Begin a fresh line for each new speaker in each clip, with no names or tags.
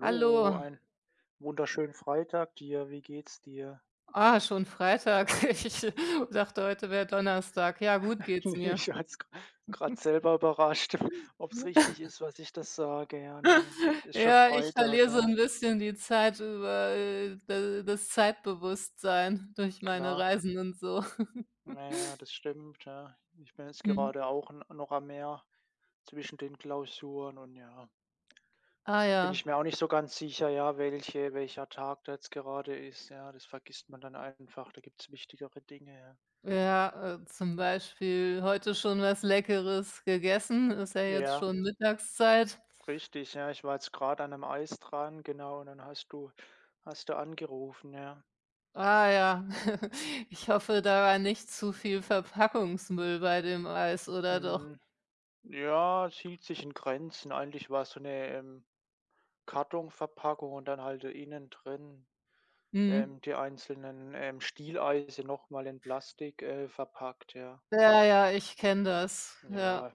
Hallo.
einen wunderschönen Freitag dir. Wie geht's dir?
Ah, schon Freitag. Ich dachte, heute wäre Donnerstag. Ja, gut geht's
Ne,
mir.
ich war jetzt grad selber überrascht, ob's richtig ist, was ich das sage. Ja, nee, ist schon
Ja, ich
Freitag,
verliere so
ja,
ein bisschen die Zeit über, da das Zeitbewusstsein durch meine
klar.
Reisen und so.
Naja, das stimmt, ja. Ich bin jetzt
Mhm.
gerade auch n noch am Meer zwischen den Klausuren und ja,
Ah
bin
ja.
ich mir auch nicht so ganz sicher, ja, welcher Tag da jetzt gerade ist, ja. Das vergisst man dann einfach, da gibt's wichtigere Dinge, ja.
Ja, zum Beispiel heute schon was Leckeres gegessen, ist ja jetzt
Ja.
schon Mittagszeit.
Richtig, ja, ich war jetzt gerade an 'nem Eis dran, genau, und dann hast du angerufen, ja.
Ah ja, ich hoffe, da war nicht zu viel Verpackungsmüll bei dem Eis, oder doch?
Hm, ja, es hielt sich in Grenzen. Eigentlich war es so eine Kartonverpackung und dann halt innen drin,
Mhm.
die einzelnen, Stieleise nochmal in Plastik, verpackt, ja.
Ja, ja, ich kenne das. Ja,
Ja,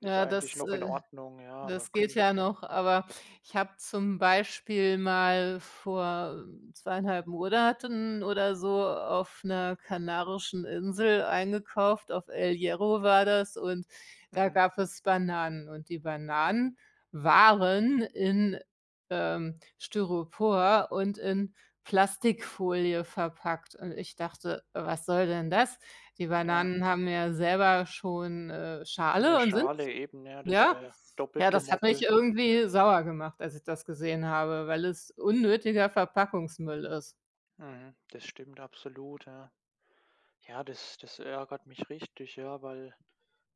ist
ja,
eigentlich
das,
noch in
äh
Ordnung, ja, aber
das geht
könnt
ja noch, aber ich habe zum Beispiel mal vor zweieinhalb Monaten oder so auf 'ner kanarischen Insel eingekauft. Auf El Hierro war das und da
mhm,
gab es Bananen und die Bananen waren in Styropor und in Plastikfolie verpackt und ich dachte: „Was soll denn das?“ Die
ja,
Bananen haben ja selber schon,
eine
Schale und sind
Schale eben, ja, das
ja.
wäre doppelt
Ja, das hat mich
gemoppelt.
irgendwie sauer gemacht, als ich das gesehen habe, weil es unnötiger Verpackungsmüll ist.
Mhm, das stimmt absolut, ja. Ja, das ärgert mich richtig, ja, weil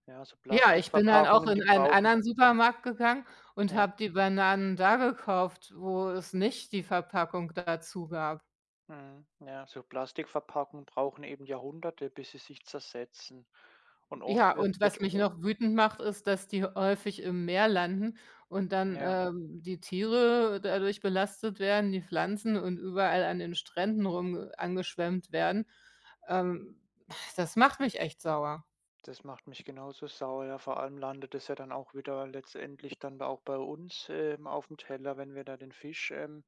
ja, so
Ja, ich bin dann auch
Plastikverpackungen,
in
die
einen
brauchen
anderen Supermarkt gegangen und
ja,
habe die Bananen da gekauft, wo es nicht die Verpackung dazu gab.
mhm, ja, so Plastikverpackungen brauchen eben Jahrhunderte, bis sie sich zersetzen. Und
Ja,
oft
und
wird
was
wird
mich
o
noch wütend macht, ist, dass die häufig im Meer landen und dann,
Ja,
ähm, die Tiere dadurch belastet werden, die Pflanzen und überall an den Stränden rum angeschwemmt werden. Ähm, Das macht mich echt sauer.
das macht mich genauso sauer, ja. Vor allem landet es ja dann auch wieder letztendlich dann auch bei uns, auf dem Teller, wenn wir da den Fisch,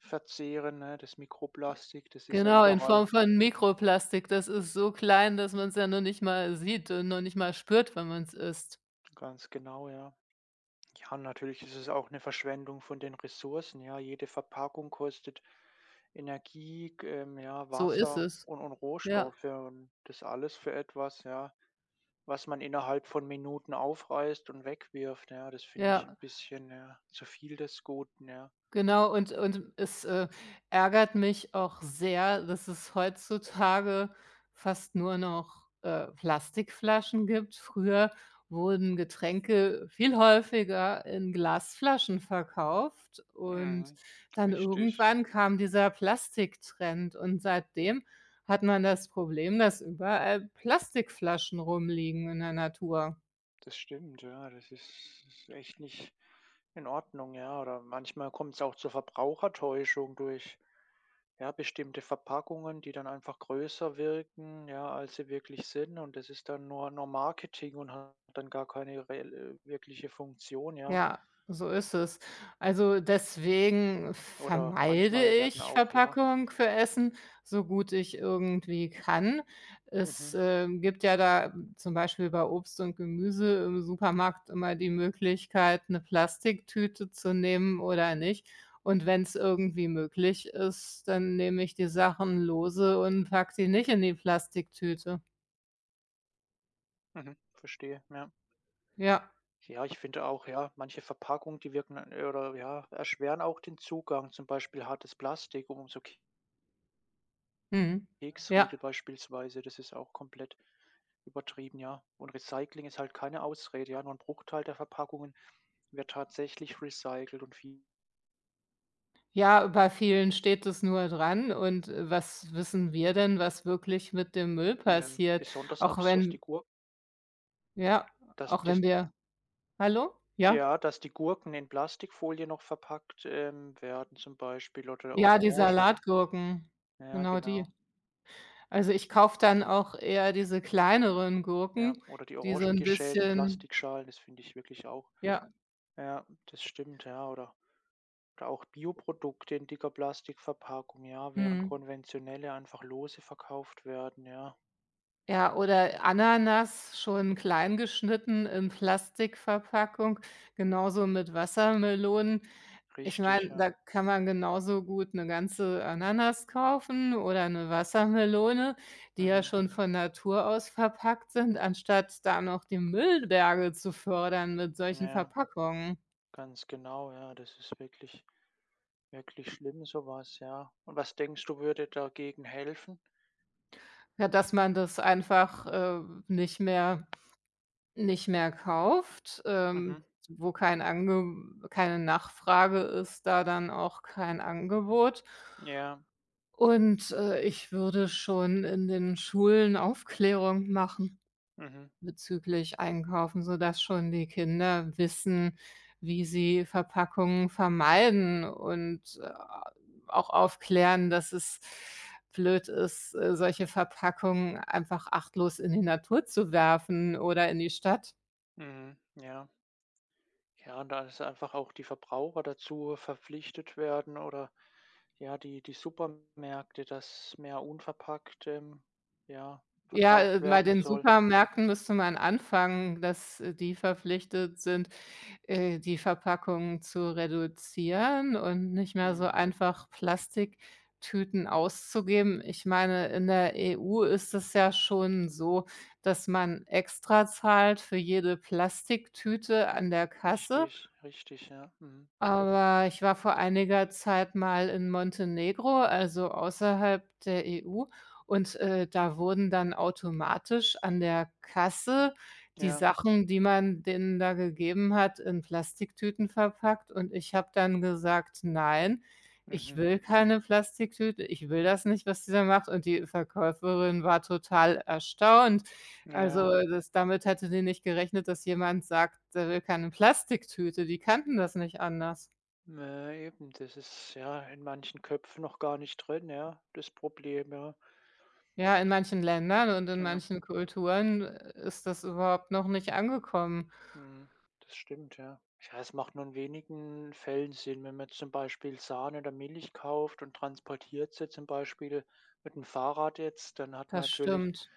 verzehren, ne? Das Mikroplastik, das ist ja
Genau, in Form
überall.
von Mikroplastik. Das ist so klein, dass man's ja noch nicht mal sieht und noch nicht mal spürt, wenn man's isst.
Ganz genau, ja. Ja, und natürlich ist es auch eine Verschwendung von den Ressourcen, ja. Jede Verpackung kostet Energie, g ja,
So ist
Wasser
es.
und
Ja,
Rohstoffe und das alles für etwas, ja, was man innerhalb von Minuten aufreißt und wegwirft, ja. Das finde ich ein
ja.
bisschen, ja, zu viel des Guten, ja.
Genau, und es ärgert mich auch sehr, dass es heutzutage fast nur noch Plastikflaschen gibt. Früher wurden Getränke viel häufiger in Glasflaschen verkauft und
Mhm.
dann
Richtig.
irgendwann kam dieser Plastiktrend und seitdem hat man das Problem, dass überall Plastikflaschen rumliegen in der Natur.
Das stimmt, ja, das ist echt nicht in Ordnung, ja. Oder manchmal kommt es auch zur Verbrauchertäuschung durch, ja, bestimmte Verpackungen, die dann einfach größer wirken, ja, als sie wirklich sind. Und das ist dann nur Marketing und hat dann gar keine reell wirkliche Funktion, ja.
Ja, so ist es. Also deswegen
Oder
vermeide
manchmal werden
ich
auch ja,
Verpackung für Essen, so gut ich irgendwie kann. Es,
mhm,
äh, gibt ja da zum Beispiel bei Obst und Gemüse im Supermarkt immer die Möglichkeit, eine Plastiktüte zu nehmen oder nicht. Und wenn es irgendwie möglich ist, dann nehme ich die Sachen lose und packe die nicht in die Plastiktüte.
mhm, verstehe, ja.
Ja,
Ja, ich finde auch, ja, manche Verpackungen, die wirken, oder ja, erschweren auch den Zugang, zum Beispiel hartes Plastik, umso
mhm.
Keksriegel
Ja.
beispielsweise, das ist auch komplett übertrieben, ja. Und Recycling ist halt keine Ausrede, ja. Nur ein Bruchteil der Verpackungen wird tatsächlich recycelt und viele
Ja, bei vielen steht es nur dran und was wissen wir denn, was wirklich mit dem Müll passiert?
besonders
Auch
absurd, dass die
wenn
Gurk
ja,
dass
Auch wenn
das
wir hallo? Ja?
ja, dass die Gurken in Plastikfolie noch verpackt, werden zum Beispiel oder
Ja, die
Orangen
Salatgurken,
ja,
genau die.
genau.
Also, ich kaufe dann auch eher diese kleineren
Ja,
Gurken,
oder die
die so
Orangen
ein
geschält in
bisschen
Plastikschalen, das finde ich wirklich auch
ja,
ja, das stimmt, ja, oder auch Bioprodukte in dicker Plastikverpackung, ja, während
mhm.
konventionelle einfach lose verkauft werden, ja.
Ja, oder Ananas schon klein geschnitten in Plastikverpackung, genauso mit Wassermelonen. Ich
Richtig,
meine,
ja.
da kann man genauso gut 'ne ganze Ananas kaufen oder 'ne Wassermelone, die ja
Mhm.
schon von Natur aus verpackt sind, anstatt da noch die Müllberge zu fördern mit solchen
Ja,
Verpackungen.
ganz genau, ja. Das ist wirklich, wirklich schlimm, sowas, ja. Und was denkst du, würde dagegen helfen?
Ja, dass man das einfach, nicht mehr nicht mehr kauft,
Mhm.
wo kein Ange keine Nachfrage ist, da dann auch kein Angebot.
Ja,
Und ich würde schon in den Schulen Aufklärung machen
mhm.
bezüglich Einkaufen, sodass schon die Kinder wissen, wie sie Verpackungen vermeiden und auch aufklären, dass es blöd ist, solche Verpackungen einfach achtlos in die Natur zu werfen oder in die Stadt.
Mhm. Ja. Ja, und da ist einfach auch die Verbraucher dazu verpflichtet werden oder ja, die Supermärkte, dass mehr unverpackt, ja,
Ja,
verkauft
äh, bei
werden
den
soll.
Supermärkten müsste man anfangen, dass die verpflichtet sind, die Verpackungen zu reduzieren und nicht mehr so
Mhm.
einfach Plastiktüten auszugeben. Ich meine, in der EU ist es ja schon so, dass man extra zahlt für jede Plastiktüte an der Kasse.
Richtig, richtig, ja. Mhm.
Aber ich war vor einiger Zeit mal in Montenegro, also außerhalb der EU, und da wurden dann automatisch an der Kasse die
Ja,
Sachen, die man denen da gegeben hat, in Plastiktüten verpackt und ich habe dann gesagt: „Nein, ich
mhm.
will keine Plastiktüte, ich will das nicht, was dieser macht.“ Und die Verkäuferin war total erstaunt. Also,
Ja,
das damit hätte die nicht gerechnet, dass jemand sagt, er will keine Plastiktüte. Die kannten das nicht anders.
eben, das ist ja in manchen Köpfen noch gar nicht drin, ja, das Problem, ja.
Ja, in manchen Ländern und in
Ja,
manchen Kulturen ist das überhaupt noch nicht angekommen.
mhm. Das stimmt, ja. Ja, es macht nur in wenigen Fällen Sinn, wenn man zum Beispiel Sahne oder Milch kauft und transportiert sie zum Beispiel mit dem Fahrrad jetzt, dann hat man
Das
natürlich
stimmt.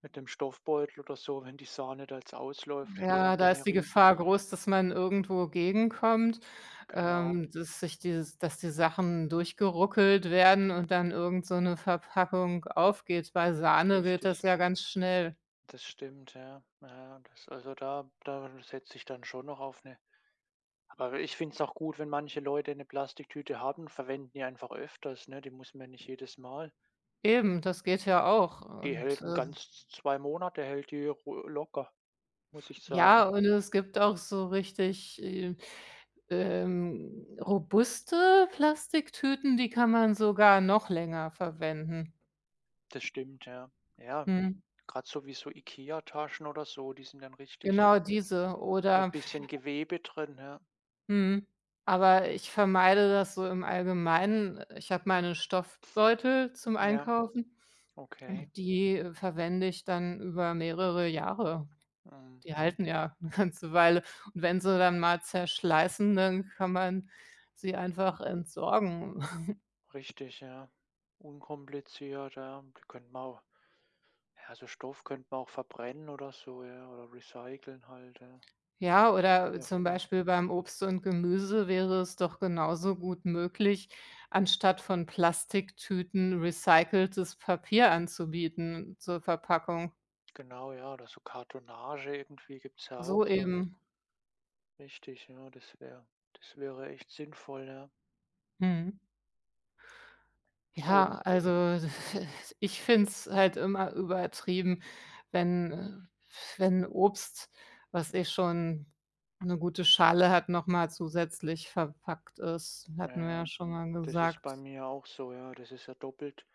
mit dem Stoffbeutel oder so, wenn die Sahne da jetzt ausläuft, hätte
Ja,
man da
da ist
eine
die
riesen
Gefahr groß, dass man irgendwo gegenkommt,
genau,
dass sich dieses dass die Sachen durchgeruckelt werden und dann irgend so 'ne Verpackung aufgeht. Bei Sahne geht
richtig.
das ja ganz schnell.
Das stimmt, ja. Ja, das also da setze ich dann schon noch auf 'ne aber ich finde es auch gut, wenn manche Leute eine Plastiktüte haben, verwenden die einfach öfters, ne? Die muss man nicht jedes Mal.
Eben, das geht ja auch
Die
und,
hält ein
äh
ganz 2 Monate hält die ru locker, muss ich
Ja,
sagen.
und es gibt auch so richtig robuste Plastiktüten, die kann man sogar noch länger verwenden.
Das stimmt, ja. Ja,
Mhm.
gerade so wie so IKEA-Taschen oder so, die sind dann richtig
Genau diese
mit
oder
bisschen Gewebe drin, ja.
mhm. Aber ich vermeide das so im Allgemeinen. Ich habe meine Stoffbeutel zum
Ja,
Einkaufen
okay.
und die verwende ich dann über mehrere Jahre.
Mhm,
Die halten ja eine ganze Weile und wenn sie dann mal zerschleißen, dann kann man sie einfach entsorgen.
richtig, ja. Unkompliziert, ja. Die könnte man au Ja, so Stoff könnte man auch verbrennen oder so, ja, oder recyceln halt, ja,
Ja, oder
wie auch
zum
immer.
Beispiel beim Obst und Gemüse wäre es doch genauso gut möglich, anstatt von Plastiktüten recyceltes Papier anzubieten zur Verpackung.
Genau, ja, oder so Kartonage irgendwie gibt's ja
So
auch so.
eben.
Richtig, ja, das wäre echt sinnvoll, ja.
Mhm.
Und
Ja, also ich finde es halt immer übertrieben, wenn wenn Obst, was eh schon eine gute Schale hat, noch mal zusätzlich verpackt ist.
na
Hatten wir ja
ja,
schon mal
das ist bei
gesagt.
mir auch so, ja, das ist ja doppelt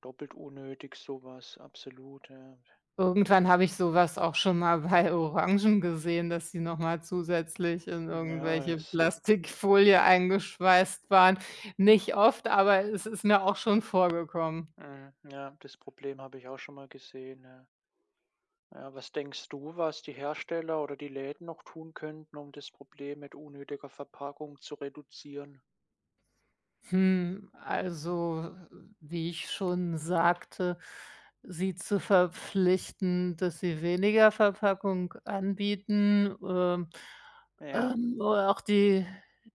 doppelt unnötig sowas, absolut, ja.
Irgendwann habe ich sowas auch schon mal bei Orangen gesehen, dass die noch mal zusätzlich in
Ja,
irgendwelche Plastikfolie eingeschweißt waren. Nicht oft, aber es ist mir auch schon vorgekommen.
ja, das Problem habe ich auch schon mal gesehen, ja. Ja, was denkst du, was die Hersteller oder die Läden noch tun könnten, um das Problem mit unnötiger Verpackung zu reduzieren?
Hm, also, wie ich schon sagte, sie zu verpflichten, dass sie weniger Verpackung anbieten,
Ja,
oder auch die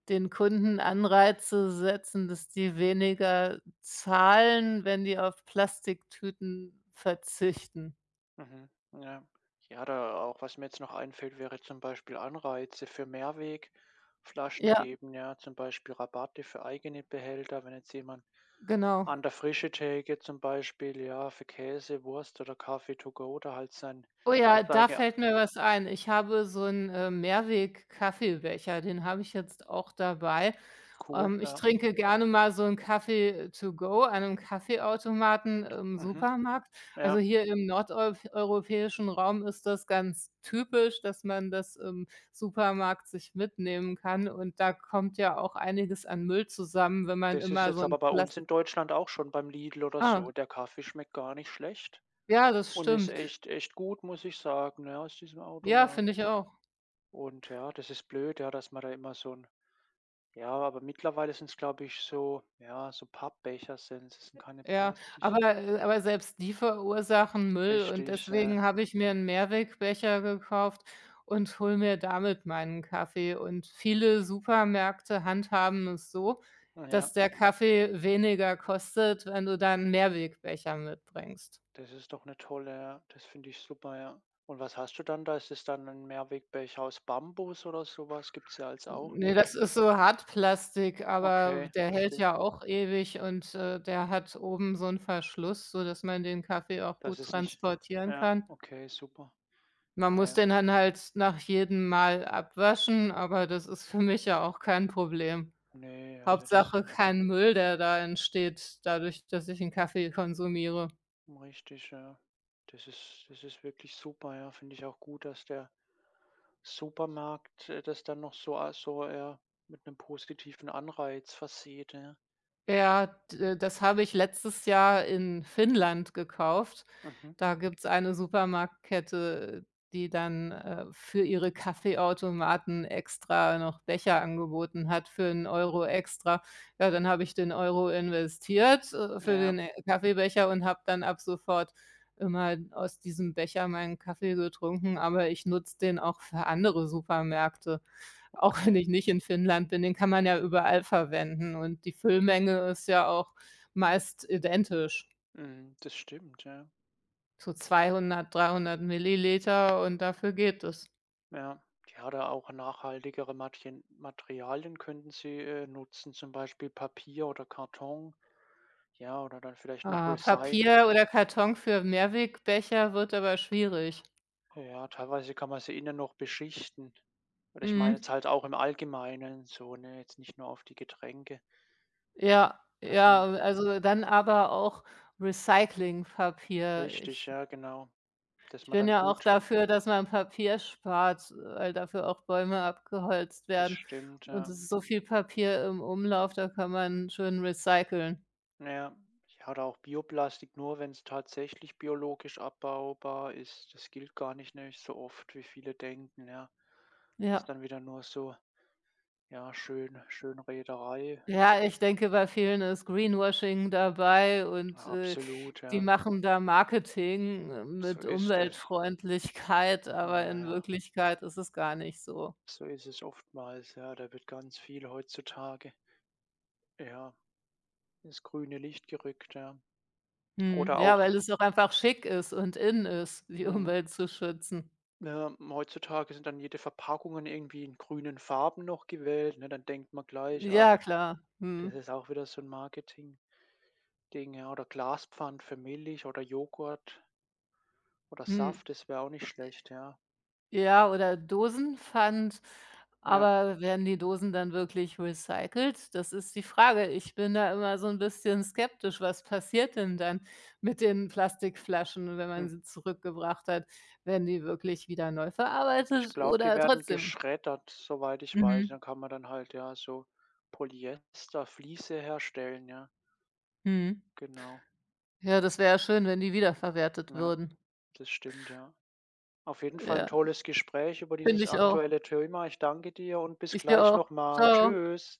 den Kunden Anreize setzen, dass die weniger zahlen, wenn die auf Plastiktüten verzichten.
mhm, ja. Ja, da auch was mir jetzt noch einfällt, wäre zum Beispiel Anreize für Mehrwegflaschen
Ja,
geben, ja, zum Beispiel Rabatte für eigene Behälter, wenn jetzt jemand
genau.
an der frische Theke zum Beispiel, ja, für Käse, Wurst oder Kaffee to go, da halt sein,
Oh ja,
sei,
da
ja,
fällt mir was ein. Ich habe so einen Mehrweg-Kaffeebecher, den habe ich jetzt auch dabei.
cool,
Ich
ja,
trinke gerne mal so 'n Kaffee to go an 'nem Kaffeeautomaten im
mhm,
Supermarkt. Also,
ja.
hier im nordeup europäischen Raum ist das ganz typisch, dass man das im Supermarkt sich mitnehmen kann und da kommt ja auch einiges an Müll zusammen, wenn man
Das ist
immer so
jetzt
'n
aber bei
Plast
uns in Deutschland auch schon beim Lidl oder
ah,
so. Der Kaffee schmeckt gar nicht schlecht
ja, das
und ist
stimmt.
echt, echt gut, muss ich sagen, ja, aus diesem
Ja,
Automat.
finde ich auch.
Und ja, das ist blöd, ja, dass man da immer so ein ja, aber mittlerweile sind es glaube ich, so ja, so Pappbecher sind. Es sind keine
Ja,
Plastik.
aber äh, aber selbst die verursachen Müll und
Richtig, ja.
deswegen habe ich mir 'n Mehrwegbecher gekauft und hole mir damit meinen Kaffee. Und viele Supermärkte handhaben es so,
Ja,
dass der Kaffee weniger kostet, wenn du da 'n Mehrwegbecher mitbringst.
das ist doch eine tolle ja, das finde ich super, ja. Und was hast du dann da? Ist es dann ein Mehrwegbecher aus Bambus oder sowas? Was? Gibt's ja als auch, ne?
Ne, das ist so Hartplastik, aber
Okay,
der hält
verstehe.
ja auch ewig und der hat oben so 'n Verschluss, sodass man den Kaffee auch
Das
gut
ist nicht
transportieren
ja,
kann.
okay, super.
Man
Ah
muss
ja,
den dann halt nach jedem Mal abwaschen, aber das ist für mich ja auch kein Problem.
ne, also das
Hauptsache kein Müll, der da entsteht dadurch, dass ich 'n Kaffee konsumiere.
richtig, ja. Das ist wirklich super, ja. Finde ich auch gut, dass der Supermarkt, das dann noch so, ja, mit einem positiven Anreiz versieht, ja.
Ja, d das habe ich letztes Jahr in Finnland gekauft.
Mhm.
Da gibt's eine Supermarktkette, die dann für ihre Kaffeeautomaten extra noch Becher angeboten hat für einen Euro extra. Ja, dann habe ich den Euro investiert, für
Ja,
den,
mhm.
äh, Kaffeebecher und habe dann ab sofort immer aus diesem Becher meinen Kaffee getrunken, aber ich nutze den auch für andere Supermärkte. Auch wenn
Okay.
ich nicht in Finnland bin, den kann man ja überall verwenden und die Füllmenge ist ja auch meist identisch,
Mhm, das stimmt, ja.
so 200, 300 Milliliter und dafür geht es.
Ja. Ja, da auch nachhaltigere Matien Materialien könnten sie, nutzen, zum Beispiel Papier oder Karton, ja, oder dann vielleicht noch
Ah,
recy
Papier oder Karton für Mehrwegbecher wird aber schwierig.
ja, teilweise kann man sie innen noch beschichten. Oder ich meine
Mhm.
jetzt halt auch im Allgemeinen so, ne, jetzt nicht nur auf die Getränke,
Ja,
dass
ja,
man
also dann aber auch Recyclingpapier.
richtig, ja, genau, dass
Ich
man
bin
dann
ja auch
gut,
dafür, dass man Papier spart, weil dafür auch Bäume abgeholzt
das
werden.
stimmt,
Und
ja.
es ist so viel Papier im Umlauf, da kann man schön recyceln.
Ja, ja, oder auch Bioplastik, nur wenn es tatsächlich biologisch abbaubar ist. Das gilt gar nicht, ne, so oft, wie viele denken, ja. Das ist
Ja.
dann wieder nur so, ja, Schönrederei.
Ja, ich denke, bei vielen ist Greenwashing dabei und,
Ja,
äh,
absolut,
die
ja.
machen da Marketing
So
mit
ist es.
Umweltfreundlichkeit, aber
Ja,
in
ja.
Wirklichkeit ist es gar nicht so.
So ist es oftmals, ja. Da wird ganz viel heutzutage, ja, ins grüne Licht gerückt, ja.
Mhm.
Oder
Ja,
auch
weil es doch einfach schick ist und in ist, die
mhm,
Umwelt zu schützen.
ja, heutzutage sind dann jede Verpackungen irgendwie in grünen Farben noch gewählt, ne? Dann denkt man gleich: „Ach,
Ja, klar.
das
Mhm.
ist auch wieder so 'n Marketingding", ja. Oder Glaspfand für Milch oder Joghurt oder
Mhm.
Saft, das wäre auch nicht schlecht, ja.
Ja, oder Dosenpfand.
Ja,
Aber werden die Dosen dann wirklich recycelt? Das ist die Frage. Ich bin da immer so ein bisschen skeptisch. Was passiert denn dann mit den Plastikflaschen, wenn
hm.
man sie zurückgebracht hat? Werden die wirklich wieder neu
Ich
verarbeitet
glaube, die
oder
werden
trotzdem
geschreddert, soweit ich weiß.
mhm,
Dann kann man dann halt, ja, so Polyesterfliese herstellen, ja,
mhm.
genau,
Ja, das wäre ja schön, wenn die wiederverwertet
ja.
würden.
Das stimmt, ja. Auf jeden Fall ein
Ja,
tolles Gespräch über
finde
dieses
ich auch.
aktuelle Thema. Ich danke dir und bis
Ich dir
gleich
auch.
nochmal.
Ciao.
Tschüss.